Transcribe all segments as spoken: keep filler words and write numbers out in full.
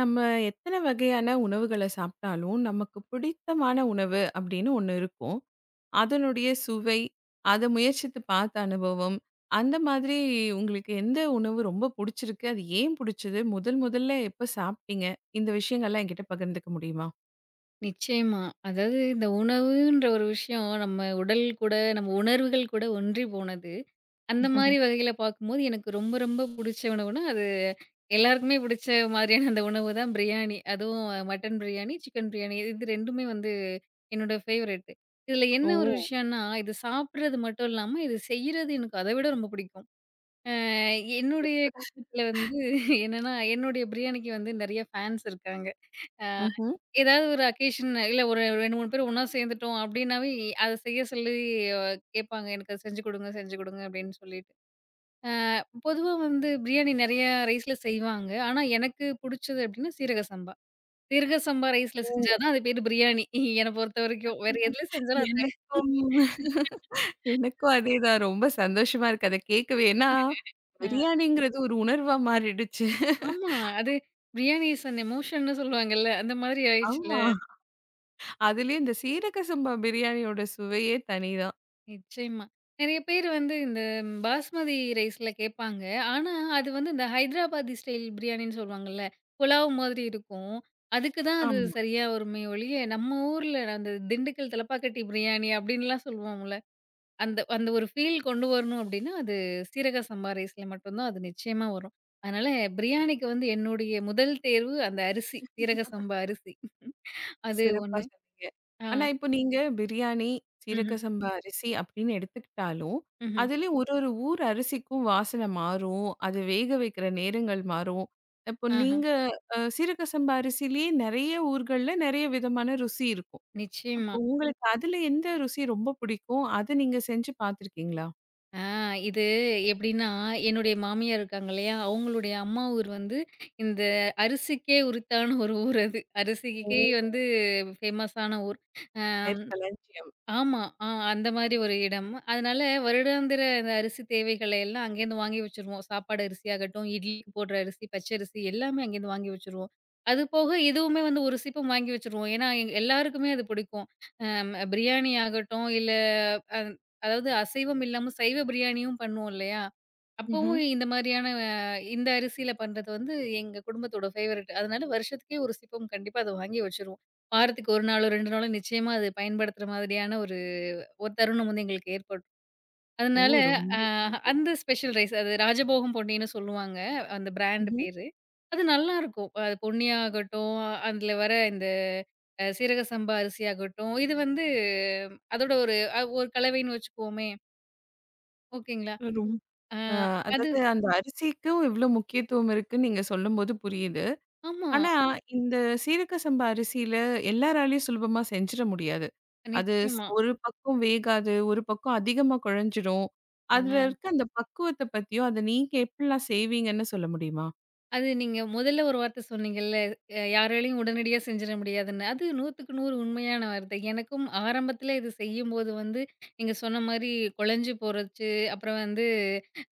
நம்ம எத்தனை வகையான உணவுகள சாப்பிட்டாலும், நமக்கு பிடித்தமான உணவு அப்படின்னு ஒண்ணு இருக்கும். அதனுடைய சுவை, அத முயற்சித்து பார்த்த அனுபவம், அந்த மாதிரி உங்களுக்கு எந்த உணவு ரொம்ப புடிச்சிருக்கு? அது ஏன் புடிச்சது? முதல் முதல்ல எப்ப சாப்பிட்டீங்க? இந்த விஷயங்கள்லாம் என்கிட்ட பகிர்ந்துக்க முடியுமா? நிச்சயமா. அதாவது இந்த உணவுன்ற ஒரு விஷயம் நம்ம உடல் கூட, நம்ம உணர்வுகள் கூட ஒன்றி போனது. அந்த மாரி வகையில பார்க்கும்போது எனக்கு ரொம்ப ரொம்ப புடிச்ச உணவுனா, அது எல்லாருக்குமே புடிச்ச மாதிரியான அந்த உணவு தான் பிரியாணி. அதுவும் மட்டன் பிரியாணி, சிக்கன் பிரியாணி இது 2மே வந்து என்னோட ஃபேவரைட். இதில என்ன ஓ! ஒரு விஷயம்னா, இது சாப்பிடுறது மட்டும் இல்லாம, இது செய்றது எனக்கு அத விட ரொம்ப பிடிக்கும். அ என்னுடைய வீட்ல வந்து என்னன்னா, என்னுடைய பிரியாணிக்கு வந்து நெறைய ஃபேன்ஸ் இருக்காங்க. அ ம்ஹ்ம். ஏதாவது ஒரு அக்கேஷன் இல்ல ஒரு ரெண்டு, மூணு பேர் ஒண்ணா சேர்ந்துட்டோம் அப்படின்னாவே, அத செய்ய சொல்லி அஹ், கேட்பாங்க. "எனக்கு அத செஞ்சு குடுங்க, செஞ்சு குடுங்க" அப்படின்னு சொல்லிட்டு. அ பொதுவா வந்து பிரியாணி நெறைய ரைஸ்ல செய்வாங்க. ஆனா எனக்கு புடிச்சது அப்படின்னா சீரக சம்பா. சீரக சம்பா ரைஸ்ல ஓ! செஞ்சா தான் அது பேரு பிரியாணி. என்ன பொறுத்தவரைக்கும். வேற எதுல செஞ்சாலும் அது. எனக்கும் எனக்கும் அதேதான். ரொம்ப சந்தோஷமா இருக்கு. அத கேட்கவே. ஏன்னா, அ பிரியாணிங்கிறது ஒரு உணர்வா மாறிடுச்சு. ஆமா. அது பிரியாணி இஸ் அன் எமோஷன்னு சொல்லுவாங்கல்ல. அந்த மாதிரி ஆயிடுச்சுல்ல. ஆமா. அதுலயும் இந்த சீரக சம்பா பிரியாணியோட சுவையே தனிதான். நிச்சயமா. நெறைய பேர் வந்து இந்த ம், பாஸ்மதி ரைஸ்ல கேட்பாங்க. ஆனா, அது வந்து இந்த ஹைதராபாதி ஸ்டைல் பிரியாணின்னு சொல்லுவாங்கல்ல. புலாவ் மாதிரி இருக்கும். அதுக்கு தான் அது ஆமா. சரியா வருமே ஒழிய, நம்ம ஊர்ல அந்த திண்டுக்கல் தலப்பாக்கட்டி பிரியாணி அப்டின்லாம் சொல்லுவோம்ல. அந்த அந்த ஒரு ஃபீல் கொண்டு வரணும் அப்டின்னா, அது சீரக சம்பா ரைஸ்ல மட்டும் தான் அது நிச்சயமா வரும். அதனால பிரியாணிக்கு வந்து என்னுடைய முதல் தேர்வு அந்த அரிசி. சீரக சம்பா அரிசி. அது சிறப்பா ஒண்ணு. சொன்னீங்க. ஆ. ஆனா இப்போ நீங்க பிரியாணி, ம்ஹ்ம். சீரக சம்பா அரிசி அப்படின்னு எடுத்துக்கிட்டாலும், ம்ஹ்ம். அதுலயும் ஒரு ஒரு ஊர் அரிசிக்கும் வாசனை மாறும். அது வேக வைக்கிற நேரங்கள் மாறும். இப்போ ஆஹா. நீங்க அ சீரக சம்பா அரிசியிலேயே நெறைய ஊர்கள்ல நெறைய விதமான ருசி இருக்கும். நிச்சயமா. அப்போ உங்களுக்கு அதுல எந்த ருசி ரொம்ப பிடிக்கும்? அத நீங்க செஞ்சு பார்த்துருக்கீங்களா? ஆ இது எப்படின்னா, என்னுடைய மாமியார் இருக்காங்க இல்லையா, அவங்களுடைய அம்மா ஊர் வந்து இந்த அரிசிக்கே உரித்தான ஒரு ஊர் அது. ஓ! அரிசிக்கே வந்து ஃபேமஸான ஊர். அ நெற்களஞ்சியம். ஆமா. ஆ அந்த மாரி ஒரு இடம். அதனால வருடாந்திர இந்த அரிசி தேவைகளை எல்லாம் அங்கேருந்து வாங்கி வச்சுருவோம். சாப்பாடு அரிசியாகட்டும், இட்லிக்கு போடுற அரிசி, பச்சரிசி எல்லாமே அங்கேருந்து வாங்கி வச்சுருவோம். அது போக இதுவுமே வந்து ஒரு சிப்பம் வாங்கி வச்சுருவோம். ஏன்னா, எங் எல்லாருக்குமே அது பிடிக்கும். அம் பிரியாணி ஆகட்டும், இல்ல அ அதாவது அசைவம் இல்லாம சைவ பிரியாணியும் பண்ணுவோம் இல்லையா? ம்ஹ்ம். அப்பவும் இந்த மாரியான இந்த அரிசியில பண்றது வந்து எங்க குடும்பத்தோட ஃபேவரைட். அதனால வருஷத்துக்கே ஒரு சிப்பம் கண்டிப்பா அத வாங்கி வச்சுருவோம். வாரத்துக்கு ஒரு நாளோ, ரெண்டு நாளோ நிச்சயமா அது பயன்படுத்துற மாதிரியான ஒரு ஒரு தருணம் வந்து எங்களுக்கு ஏற்படும். ஓ! அதனால அ ரொம்ப அந்த ஸ்பெஷல் ரைஸ் அது ராஜபோகம் பொன்னின்னு சொல்லுவாங்க. அந்த பிராண்ட் பேரு. அது நல்லாருக்கும். அது பொன்னியாகட்டும், அதில வர இந்த அ சீரக சம்பா அரிசியாகட்டும், இது வந்து அஹ், அதோட ஒரு அ ஒரு கலவைன்னு வச்சுக்குவோமே! ஓகேங்களா. ம்ஹ்ம். அ அ அது அதாவது அந்த அரிசிக்கும் இவ்ளோ முக்கியத்துவம் இருக்குன்னு நீங்க சொல்லும்போது புரியுது. ஆமா. ஆனா, இந்த சீரக சம்பா அரிசியில எல்லாராலயும் சுலபமா செஞ்சிட முடியாது. அது ஸ் நிச்சயமா. ஒரு பக்கம் வேகாது, ஒரு பக்கம் அதிகமா குழஞ்சிடும். ஆ. அதுல இருக்க அந்த பக்குவத்த பத்தியும், அத நீங்க எப்படிலாம் செய்வீங்கன்னு சொல்ல முடியுமா? அது நீங்க முதல்ல ஒரு வார்த்தை சொன்னீங்கல்ல, அ யாராலயும் உடனடியா செஞ்சிட முடியாதுன்னு. அது 100க்கு நூறு உண்மையான வார்த்தை. எனக்கும் ஆரம்பத்தில இது செய்யும்போது வந்து, நீங்க சொன்ன மாரி குழஞ்சு போறச்சு, அப்புறம் வந்து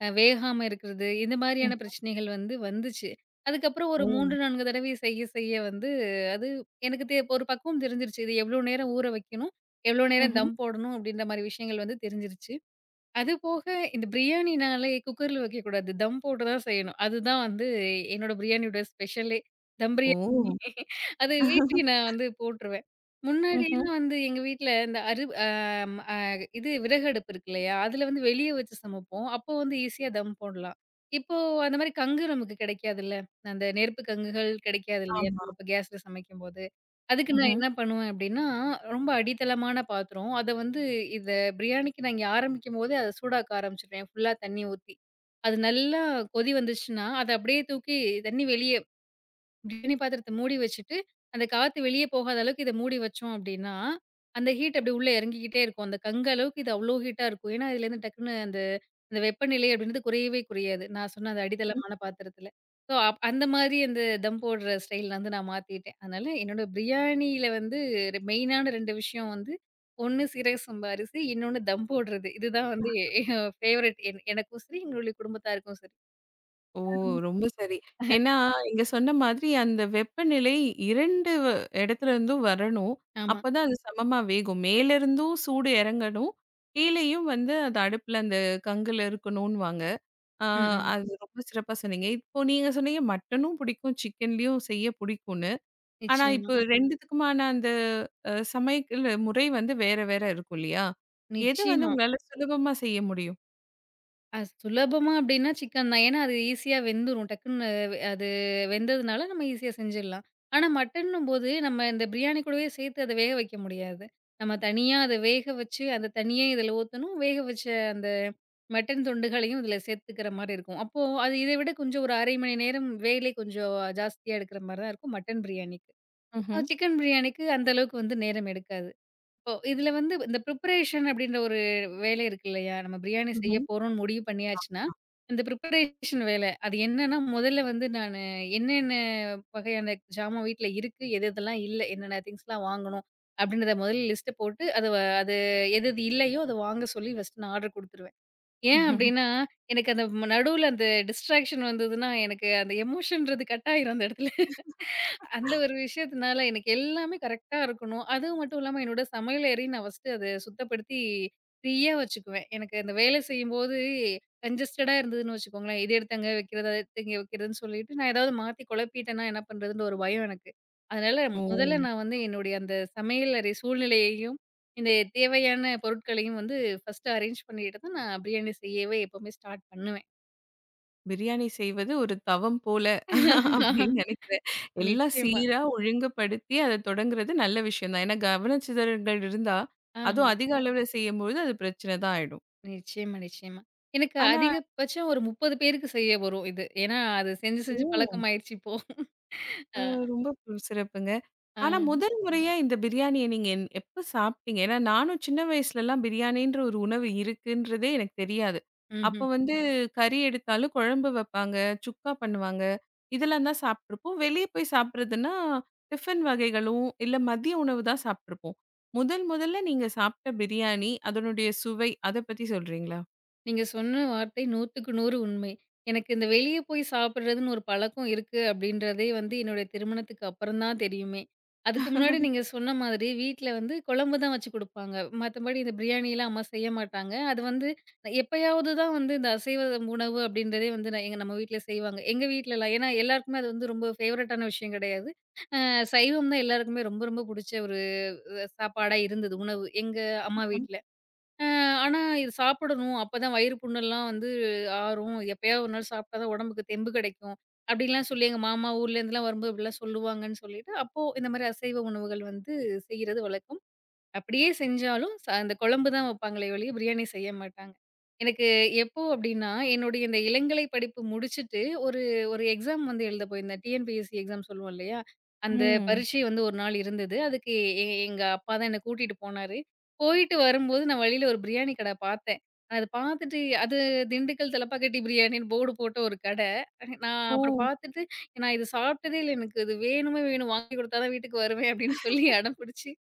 அ வேகாம இருக்கிறது, இந்த ம். மாரியான பிரச்சனைகள் வந்து வந்துச்சு. அதுக்கப்புறம் ஒரு ஓ! மூணு, நாலு தடவை செய்ய செய்ய வந்து அது எனக்கு தெ ஒரு பக்குவம் தெரிஞ்சிருச்சு. இது எவ்வளோ நேரம் ஊற வைக்கணும், எவ்வளோ நேரம் ம்ஹ்ம். தம் போடணும் அப்படின்ற மாரி விஷயங்கள் வந்து தெரிஞ்சிருச்சு. அது போக இந்த பிரியாணினாலே குக்கர்ல வைக்கக்கூடாது. தம் போட்டு தான் செய்யணும். அதுதான் வந்து என்னோட பிரியாணியோட ஸ்பெஷலே. தம் ஓ! அது வீட்லயே நான் வந்து போட்டுருவேன். ம்ஹ்ம். முன்னாடிலாம் வந்து எங்க வீட்ல இந்த அரு அம் அ இது விறகு அடுப்பு இருக்கு இல்லையா? அதுல வந்து வெளிய வச்சு சமைப்போம். அப்போ வந்து ஈஸியா தம் போடலாம். இப்போ அந்த மாரி கங்கு நமக்கு கிடைக்காதுல்ல. அந்த நெருப்பு கங்குகள் கிடைக்காது இல்லையா? ஆமா. நம்ம இப்ப கேஸ்ல சமைக்கும்போது. அதுக்கு நான் ம்ஹ்ம். என்ன பண்ணுவேன் அப்டின்னா, ரொம்ப அடித்தளமான பாத்திரம். அத வந்து இத பிரியாணிக்கு நான் இங்க ஆரம்பிக்கும்போதே அத சூடாக்க ஆரம்பிச்சுருவேன். ஃபுல்லா தண்ணி ஊத்தி. அது நல்லா கொதி வந்துச்சுன்னா, அத அப்டியே தூக்கி தண்ணி வெளிய பிரியாணி பாத்திரத்த மூடி வச்சுட்டு, அந்த காத்து வெளிய போகாத அளவுக்கு இத மூடி வச்சோம் அப்டின்னா, அந்த ஹீட் அப்டி உள்ள இறங்கிக்கிட்டே இருக்கும். அந்த கங்கு அளவுக்கு இது அவ்ளோ ஹீட்டா இருக்கும். ஏன்னா, இதுலேருந்து டக்குனு அந்த அந்த வெப்பநிலை அப்டின்றது குறையவே குறையாது. நான் சொன்ன அந்த அடித்தளமான பாத்திரத்துல. ஸோ, அப் அந்த மாரி அந்த தம் போடுற ஸ்டைல் வந்து நான் மாத்திட்டேன். அதனால என்னோட பிரியாணியில வந்து ரெ மெயினான ரெண்டு விஷயம் வந்து, ஒண்ணு சீரக சம்பா அரிசி, இன்னொன்னு தம் போடுறது. இதுதான் வந்து ஃபேவரைட் என் எனக்கும் சரி, எங்களுடைய குடும்பத்தாருக்கும் சரி. ஓ! ஆமா. ரொம்ப சரி. ஏன்னா, நீங்க சொன்ன மாதிரி அந்த வெப்பநிலை இரண்டு வ இடத்துல இருந்தும் வரணும். ஆமா. அப்பதான் அது சமமா வேகும். மேல இருந்தும் சூடு இறங்கணும். கீழேயும் வந்து அது அடுப்புல அந்த கங்குல இருக்கணுன்னுவாங்க. ஆ ம், ம். அது ரொம்ப சிறப்பா சொன்னீங்க. இப்போ நீங்க சொன்னீங்க மட்டனும் பிடிக்கும், சிக்கன்லயும் செய்ய பிடிக்கும்னு. ஆனா நிச்சயமா, இப்போ ரெண்டுக்குமான அந்த அ சமையல் முறை வந்து வேற வேற இருக்கும் இல்லையா? எது வந்து நிச்சயமா. உங்களால சுலபமா செய்ய முடியும்? அ சுலபமா அப்டின்னா சிக்கன் தான். ஏன்னா அது ஈஸியா வெந்துரும். டக்குன்னு அது வெந்ததுனால நம்ம ஈஸியா செஞ்சிடலாம். ஆனா மட்டன்னும்போது நம்ம இந்த பிரியாணி கூடவே சேர்த்து அத வேக வைக்க முடியாது. நம்ம தனியா அத வேக வச்சு அந்த தண்ணியே இதில ஊத்தணும். வேக வச்ச அந்த மட்டன் துண்டுகளையும் இதில சேர்த்துக்கிற மாரி இருக்கும். அப்போ அது இத விட கொஞ்சம் ஒரு அரை மணி நேரம் வேலை கொஞ்சம் ஜாஸ்தியா எடுக்கிற மாரி தான் இருக்கும் மட்டன் பிரியாணிக்கு. அ ம்ஹ்ம். சிக்கன் பிரியாணிக்கு அந்த அளவுக்கு வந்து நேரம் எடுக்காது. இப்போ இதுல வந்து இந்த ப்ரிப்பரேஷன் அப்படின்ற ஒரு வேலை இருக்கு இல்லையா? நம்ம பிரியாணி செய்ய ம்ஹ்ம். போறோம்னு முடிவு பண்ணியாச்சுன்னா, இந்த ப்ரிப்பரேஷன் வேலை. அது என்னன்னா, முதல்ல வந்து நானு என்னென்ன வகையான ஜாமான் வீட்ல இருக்கு, எது எதெல்லாம் இல்ல, என்னென்ன திங்ஸ்லாம் வாங்கணும் அப்படின்றத முதல்ல லிஸ்ட்ட போட்டு, அது வ அது எது எது இல்லையோ அத வாங்க சொல்லி ஃபர்ஸ்ட் நான் ஆர்டர் குடுத்துருவேன். ஏன் அப்படின்னா, எனக்கு அந்த நடுவுல அந்த டிஸ்ட்ராக்ஷன் வந்ததுன்னா, எனக்கு அந்த எமோஷன்றது கட் ஆயிரும் அந்த இடத்துல. அந்த ஒரு விஷயத்தினால எனக்கு எல்லாமே கரெக்ட்டா இருக்கணும். அதுவும் மட்டும் இல்லாம என்னோட சமையல் அறைய நான் ஃபர்ஸ்ட்டு அத சுத்தப்படுத்தி ஃப்ரீயா வச்சுக்குவேன். எனக்கு அந்த வேலை செய்யும்போது கன்ஜஸ்டடா இருந்ததுன்னு வச்சுக்கோங்களேன். இது எடுத்து அங்க வைக்கிறது, அத எடுத்து இங்க வைக்கிறதுன்னு சொல்லிட்டு நான் ஏதாவது மாத்தி குழப்பிட்டேன்னா என்ன பண்றதுன்ற ஒரு பயம் எனக்கு. அதனால ஓ! முதல்ல நான் வந்து என்னுடைய அந்த சமையல் அறை சூழ்நிலையையும், இந்த தேவையான பொருட்களையும் வந்து ஃபர்ஸ்ட்டு அரேஞ்ச் பண்ணிட்டு தான் நான் பிரியாணி செய்யவே எப்பவுமே ஸ்டார்ட் பண்ணுவேன். பிரியாணி செய்வது ஒரு தவம் போல அப்படின்னு நினைக்கிறேன். எல்லாம் நிச்சயமா. சீரா ஒழுங்குபடுத்தி அத தொடங்குறது நல்ல விஷயம் தான். ஏன்னா கவனச்சிதறல்கள் இருந்தா, ஆ. அதுவும் அதிக அளவுல செய்யும்பொழுது அது பிரச்சனை தான் ஆயிடும். நிச்சயமா, நிச்சயமா. எனக்கு ஆனா அதிகபட்சம் ஒரு முப்பது பேருக்கு செய்ய வரும் இது. ஏன்னா, அது செஞ்சு செஞ்சு ஓ! பழக்கமாயிருச்சு இப்போ. அ அ, ரொம்ப பு- சிறப்புங்க. ஆ. ஆனா முதல் முறையா இந்த பிரியாணிய நீங்க என் எப்ப சாப்பிட்டீங்க? ஏன்னா நானும் சின்ன வயசுலலாம் பிரியாணின்ற ஒரு உணவு இருக்குன்றதே எனக்கு தெரியாது. ம்ஹ்ம். அப்ப வந்து கறி எடுத்தாலும் குழம்பு வைப்பாங்க, சுக்கா பண்ணுவாங்க. இதெல்லாம் தான் சாப்பிட்டுருப்போம். வெளிய போய் சாப்பிடுறதுன்னா, டிஃபன் வகைகளும், இல்ல மதிய உணவு தான் சாப்பிட்டுருப்போம். முதல் முதல்ல நீங்க சாப்பிட்ட பிரியாணி, அதனுடைய சுவை அத பத்தி சொல்றீங்களா? நீங்க சொன்ன வார்த்தை 100க்கு நூறு உண்மை. எனக்கு இந்த வெளிய போய் சாப்பிடுறதுன்னு ஒரு பழக்கம் இருக்கு அப்படின்றதே வந்து என்னுடைய திருமணத்துக்கு அப்புறம் தான் தெரியுமே. அதுக்கு முன்னாடி நீங்க சொன்ன மாதிரி வீட்ல வந்து குழம்பு தான் வச்சு குடுப்பாங்க. மத்தபடி இந்த பிரியாணிலாம் அம்மா செய்ய மாட்டாங்க. அது வந்து எப்பயாவது தான் வந்து இந்த அசைவ உணவு அப்படின்றதே வந்து நான் எங்க நம்ம வீட்ல செய்வாங்க. எங்க வீட்லலாம் ஏன்னா எல்லாருக்குமே அது வந்து ரொம்ப ஃபேவரட்டான விஷயம் கிடையாது. அ சைவம் தான் எல்லாருக்குமே ரொம்ப ரொம்ப புடிச்ச ஒரு சாப்பாடா இருந்தது உணவு. எங்க அம்மா வீட்ல. அ ஆனா, இது சாப்பிடணும். அப்பதான் வயிறு புண்ணெல்லாம் வந்து ஆறும். எப்பயாவது ஒரு நாள் சாப்பிட்டா தான் உடம்புக்கு தெம்பு கிடைக்கும். அப்படிலாம் சொல்லி எங்க மாமா ஊர்லேருந்துலாம் வரும்போது இப்படிலாம் சொல்லுவாங்கன்னு சொல்லிட்டு, அப்போ இந்த மாரி அசைவ உணவுகள் வந்து செய்றது வழக்கம். அப்படியே செஞ்சாலும் ச அந்த குழம்பு தான் வைப்பாங்களே ஒழிய, பிரியாணி செய்ய மாட்டாங்க. எனக்கு எப்போ அப்டின்னா, என்னுடைய இந்த இளங்கலை படிப்பு முடிச்சுட்டு ஒரு ஒரு எக்ஸாம் வந்து எழுத போயிருந்தேன். டிஎன்பிஎஸ்சி எக்ஸாம் சொல்லுவோம் இல்லையா? அந்த ம். பரீட்சை வந்து ஒரு நாள் இருந்தது. அதுக்கு எ எங்க அப்பா தான் என்ன கூட்டிட்டு போனாரு. போயிட்டு வரும்போது நான் வழியில ஒரு பிரியாணி கடை பார்த்தேன். அது பார்த்துட்டு அது திண்டுக்கல் தலப்பாக்கட்டி பிரியாணின்னு போர்டு போட்ட ஒரு கடை. நான் ஓ! அப்புறம் பார்த்துட்டு, நான் இது சாப்பிட்டதே இல்ல. எனக்கு இது வேணுமே வேணும். வாங்கி குடுத்தா தான் வீட்டுக்கு வருவேன் அப்படின்னு சொல்லி அடம் பிடிச்சு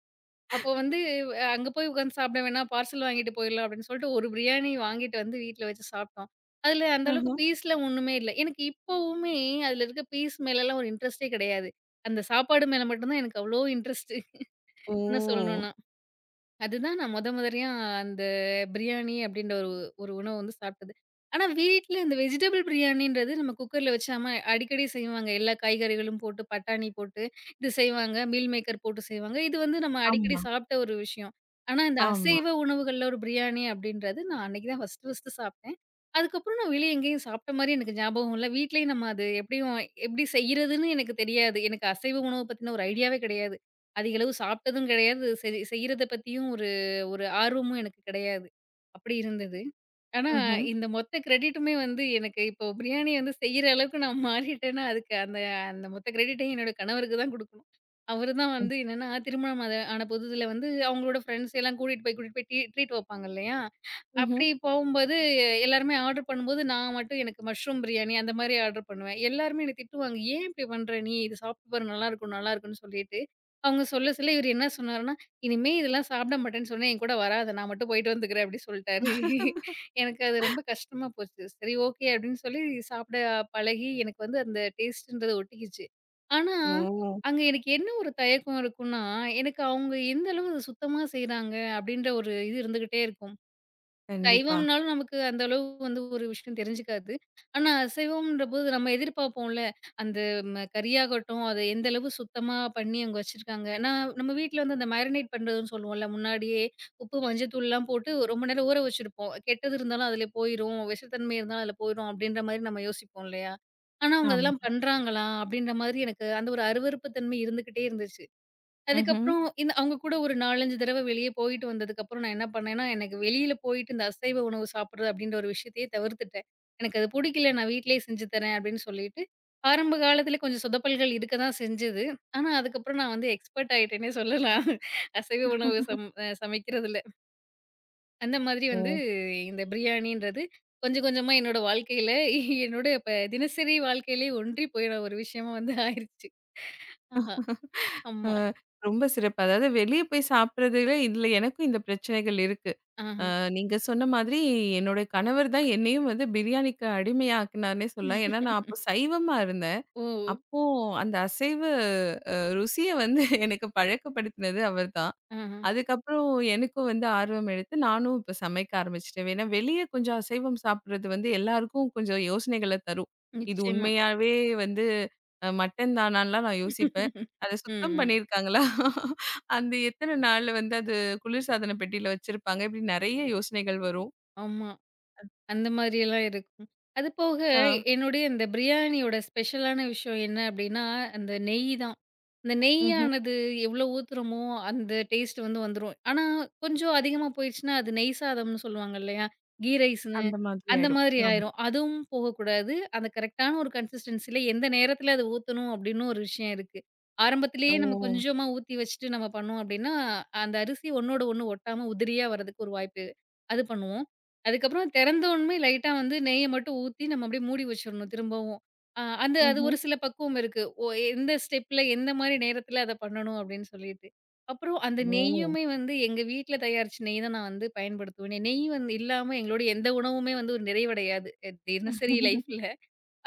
அப்போ வந்து அ அங்க போய் உட்காந்து சாப்பிட வேணாம். பார்சல் வாங்கிட்டு போயிடலாம் அப்படின்னு சொல்லிட்டு ஒரு பிரியாணி வாங்கிட்டு வந்து வீட்ல வச்சு சாப்பிட்டோம். அதுல அந்த அளவுக்கு அஹ. பீஸ்லாம் ஒண்ணுமே இல்ல. எனக்கு இப்பவுமே அதுல இருக்க பீஸ் மேலலாம் ஒரு இன்ட்ரெஸ்ட்டே கிடையாது. அந்த சாப்பாடு மேல மட்டும் தான் எனக்கு அவ்ளோ இன்ட்ரெஸ்ட்டு. ஓ! என்ன சொல்லணும்னா. அதுதான் நான் மொத முதலியா அந்த பிரியாணி அப்படின்ற ஒரு ஒரு உணவு வந்து சாப்பிட்டது. ஆனா வீட்ல இந்த வெஜிடபிள் பிரியாணின்றது நம்ம குக்கர்ல வச்சு அம்மா அடிக்கடி செய்வாங்க. எல்லா காய்கறிகளும் போட்டு, பட்டாணி போட்டு இது செய்வாங்க. மீல் மேக்கர் போட்டு செய்வாங்க. இது வந்து நம்ம அடிக்கடி ஆமா, சாப்பிட்ட ஒரு விஷயம். ஆனா இந்த ஆமா. அசைவ உணவுகள்ல ஒரு பிரியாணி அப்படின்றது நான் அன்னைக்கு தான் ஃபர்ஸ்ட்டு ஃபர்ஸ்ட்டு சாப்பிட்டேன். அதுக்கப்புறம் நான் வெளிய எங்கேயும் சாப்பிட்ட மாரி எனக்கு ஞாபகம் இல்ல. வீட்லயும் நம்ம அது எப்படியும் எப்படி செய்றதுன்னு எனக்கு தெரியாது. எனக்கு அசைவ உணவு பத்தின ஒரு ஐடியாவே கிடையாது. அதிக அளவு சாப்பிட்டதும் கிடையாது. செய் செய்றத பத்தியும் ஒரு ஒரு ஆர்வமும் எனக்கு கிடையாது. அப்படி இருந்தது. ஆனா, ம்ஹ்ம். இந்த மொத்த கிரெடிட்டுமே வந்து எனக்கு இப்போ பிரியாணி வந்து செய்ற அளவுக்கு நான் மாறிட்டேன்னா, அதுக்கு அந்த அந்த மொத்த கிரெடிட்டையும் என்னோட கணவருக்கு தான் குடுக்கணும். அவரு தான் வந்து என்னன்னா, திருமணம் ஆத ஆன புதுதில வந்து அவங்களோட ஃப்ரெண்ட்ஸ் எல்லாம் கூட்டிட்டு போய் கூட்டிட்டு போய் ட்ரீ ட்ரீட் வைப்பாங்க இல்லையா? ம்ஹ்ம். அப்படி போகும்போது எல்லாருமே ஆர்டர் பண்ணும்போது, நான் மட்டும் எனக்கு மஷ்ரூம் பிரியாணி அந்த மாரி ஆர்டர் பண்ணுவேன். எல்லாருமே என்ன திட்டுவாங்க. "ஏன் இப்படி பண்ற நீ? இது சாப்பிட்டு பாரு நல்லாருக்கும், நல்லாருக்கும்ன்னு" சொல்லிட்டு, அவங்க சொல்ல சொல்ல இவரு என்ன சொன்னாருன்னா, "இனிமே இதெல்லாம் சாப்பிட மாட்டேன்னு சொன்னா என் கூட வராத. நான் மட்டும் போயிட்டு வந்துக்கிறேன்" அப்படி சொல்ட்டாரு. எனக்கு அது ரொம்ப கஷ்டமா போச்சு. சரி ஓகே அப்படின்னு சொல்லி சாப்பிட பழகி, எனக்கு வந்து அந்த டேஸ்ட்ன்றது ஒட்டிக்கிச்சு. ஆனா, ஓ! அங்க எனக்கு என்ன ஒரு தயக்கம் இருக்கும்னா, எனக்கு அவங்க எந்த அளவு அது சுத்தமா செய்றாங்க அப்படின்ற ஒரு இது இருந்துகிட்டே இருக்கும். கண்டிப்பா. சைவம்னாலும் நமக்கு அந்த அளவு வந்து ஒரு விஷயம் தெரிஞ்சுக்காது. ஆனா, அசைவம்ன்றபோது நம்ம எதிர்பார்ப்போம்ல. அந்த ம கறியாகட்டும், அது எந்த அளவு சுத்தமா பண்ணி அங்க வச்சிருக்காங்க. நான் நம்ம வீட்ல வந்து அந்த மேரினேட் பண்றதுன்னு சொல்லுவோம்ல. முன்னாடியே உப்பு, மஞ்சத்தூள்லாம் போட்டு ரொம்ப நேரம் ஊற வச்சிருப்போம். கெட்டது இருந்தாலும் அதில போயிரும், விஷத்தன்மை இருந்தாலும் அதில போயிரும் அப்படின்ற மாரி நம்ம யோசிப்போம் இல்லையா? ஆனா, அவங்க ஆமா. அதெல்லாம் பண்றாங்களா? அப்படின்ற மாதிரி எனக்கு அந்த ஒரு அருவருப்பு தன்மை இருந்துகிட்டே இருந்துச்சு. ம்ஹ்ம். அதுக்கப்புறம் இந்த அவங்க கூட ஒரு நாலு, அஞ்சு தடவ வெளிய போயிட்டு வந்ததுக்கப்புறம் நான் என்ன பண்ணேன்னா, எனக்கு வெளியில போயிட்டு இந்த அசைவ உணவு சாப்பிடுறது அப்படின்ற ஒரு விஷயத்தையே தவிர்த்துட்டேன். எனக்கு அது புடிக்கல. நான் வீட்லயே செஞ்சு தரேன் அப்படின்னு சொல்லிட்டு, ஆரம்ப காலத்துல கொஞ்சம் சொதப்பல்கள் இருக்க தான் செஞ்சது. ஆனா, அதுக்கப்புறம் நான் வந்து எக்ஸ்பர்ட் ஆயிட்டேன்னே சொல்லலாம். அசைவ உணவு சம் அ சமைக்கிறதுல. அந்த மாதிரி வந்து ஓ! இந்த பிரியாணின்றது கொஞ்சம் கொஞ்சமா என்னோட வாழ்க்கையில என்னோட இப்ப தினசரி வாழ்க்கையிலயே ஒன்றி போயிற ஒரு விஷயமா வந்து ஆயிருச்சு. ஆஹா. அ ஆமா. ரொம்ப சிறப்பு. அதாவது வெளிய போய் சாப்பிடுறதுல இதுல எனக்கும் இந்த பிரச்சனைகள் இருக்கு. அ ஆஹா. நீங்க சொன்ன மாதிரி என்னோட கணவர் தான் என்னையும் வந்து பிரியாணிக்கு அடிமையாக்குனார்ன்னே சொல்லலாம். ஏன்னா, நான் அப்போ சைவமா இருந்தேன். ஓ! அப்போ அந்த அசைவ அ ருசிய வந்து எனக்கு பழக்கப்படுத்தினது அவர் தான். ஆஹ. அதுக்கப்புறம் எனக்கும் வந்து ஆர்வம் எடுத்து நானும் இப்ப சமைக்க ஆரம்பிச்சுட்டேன். ஏன்னா வெளியே கொஞ்சம் அசைவம் சாப்பிடுறது வந்து எல்லாருக்கும் கொஞ்சம் யோசனைகள தரும். இது நிச்சயமா. உண்மையாவே வந்து அ மட்டன் தானான்லாம் நான் யோசிப்பேன். அத ம், சுத்தம் ம். பண்ணியிருக்காங்களா? அந்த எத்தன நாள் வந்து அது குளிர்சாதன பெட்டியில வச்சிருப்பாங்க. இப்படி நெறைய யோசனைகள் வரும். ஆமா. அந்த மாதிரியெல்லாம் இருக்கும். அது போக ஆ. என்னுடைய இந்த பிரியாணியோட ஸ்பெஷலான விஷயம் என்ன அப்டின்னா, அந்த நெய் தான். அந்த ம்ஹ்ம். நெய்யானது எவ்ளோ ஊத்துறோமோ, அந்த டேஸ்ட் வந்து வந்துரும். ஆனா, கொஞ்சம் அதிகமா போயிருச்சுன்னா, அது நெய் சாதம்னு சொல்லுவாங்க இல்லையா? கீ ரைஸ்ன்னு. அந்த மாதிரி அந்த ஆயிடும். மாதிரி ஆமா. ஆயிரும். அதுவும் போகக்கூடாது. அந்த கரெக்ட்டான ஒரு கன்சிஸ்டன்சில எந்த நேரத்துல அத ஊத்தணும் அப்டின்னு ஒரு விஷயம் இருக்கு. ஓ! ஆரம்பத்திலேயே நம்ம கொஞ்சமா ஊத்தி வச்சுட்டு நம்ம பண்ணோம் அப்டின்னா, அந்த அரிசி ஒண்ணோட ஒண்ணு ஒட்டாம உதிரியா வரதுக்கு ஒரு வாய்ப்பு அது பண்ணுவோம். அதுக்கப்புறம் திறந்தோன்மே லைட்டா வந்து நெய்ய மட்டும் ஊத்தி நம்ம அப்படியே மூடி வச்சிரணும் திரும்பவும். அ அந்த அது ஒரு ம்ஹ்ம். சில பக்குவம் இருக்கு. ஓ எந்த ஸ்டெப்ல, எந்த மாரி நேரத்தில அத பண்ணணும் அப்படின்னு சொல்லிட்டு. அப்புறம் அந்த ஓ! நெய்யுமே வந்து எங்க வீட்ல தயாரிச்ச நெய் தான் நான் வந்து பயன்படுத்துவேனே. நெய் வந்து இல்லாம எங்களுடைய எந்த உணவுமே வந்து ஒரு நிறைவடையாது. அ தினசரி லைஃப்ல.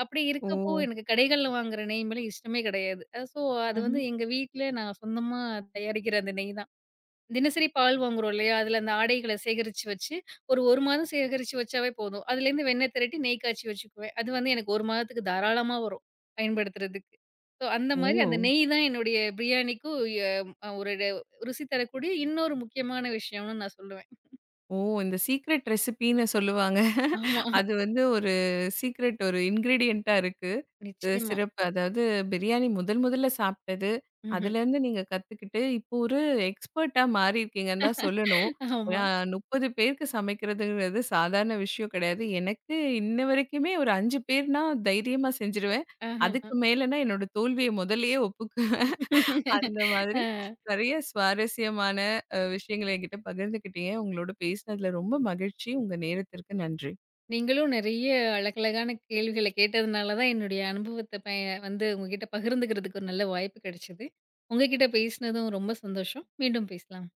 அப்படி ஓ! இருக்கப்போ எனக்கு கடைகள்ல வாங்குற நெய் மேல இஷ்டமே கிடையாது. அ ஸோ அது வந்து ம்ஹ்ம். எங்க வீட்ல நான் சொந்தமா தயாரிக்கிற அந்த நெய் தான். தினசரி பால் வாங்குறோம் இல்லையா? அதுல அந்த ஆடைகள சேகரிச்சு வச்சு, ஒரு 1 மாதம் சேகரிச்சு வச்சாவே போதும். அதுலேருந்து வெண்ணெய் திரட்டி நெய் காய்ச்சி வச்சுக்குவேன். அது வந்து எனக்கு ஒரு மாதத்துக்கு தாராளமா வரும், பயன்படுத்துறதுக்கு. ஸோ அந்த ஓ! மாரி அந்த நெய் தான் என்னுடைய பிரியாணிக்கும் எ அ ஒரு ரு ருசி தரக்கூடிய இன்னொரு முக்கியமான விஷயம்னு நான் சொல்லுவேன். ஓ! இந்த சீக்ரெட் ரெசிபின்னு சொல்லுவாங்க. ஆமா. அது வந்து ஒரு சீக்ரெட் ஒரு இன்கிரீடியன்ட்டா இருக்கு. அ நிச்சயமா. சிறப்பு. அதாவது பிரியாணி முதல் முதல்ல சாப்பிட்டது. ம்ஹ்ம். அதுலேருந்து நீங்க கத்துக்கிட்டு, இப்போ ஒரு எக்ஸ்பர்ட்டா மாறியிருக்கீங்கன்னு தான் சொல்லணும். ஆமா. ஏன்னா முப்பது பேருக்கு சமைக்கிறதுங்கிறது சாதாரண விஷயம் கிடையாது. எனக்கு இன்ன வரைக்குமே ஒரு அஞ்சு பேர்னா தைரியமா செஞ்சுருவேன். ஆஹஹ. அதுக்கு மேலனா என்னோட தோல்விய முதல்லயே ஒப்புக்க அந்த மாதிரி ஆ. நெறைய சுவாரஸ்யமான அ விஷயங்கள என்கிட்ட பகிர்ந்துக்கிட்டீங்க. உங்களோட பேசினதுல ரொம்ப மகிழ்ச்சி. உங்க நேரத்திற்கு நன்றி. நீங்களும் நெறைய அழகழகான கேள்விகள கேட்டதுனால தான் என்னுடைய அனுபவத்த ப வந்து உங்ககிட்ட பகிர்ந்துக்கிறதுக்கு ஒரு நல்ல வாய்ப்பு கிடைச்சது. உங்க கிட்ட பேசினதும் ரொம்ப சந்தோஷம். மீண்டும் பேசலாம்.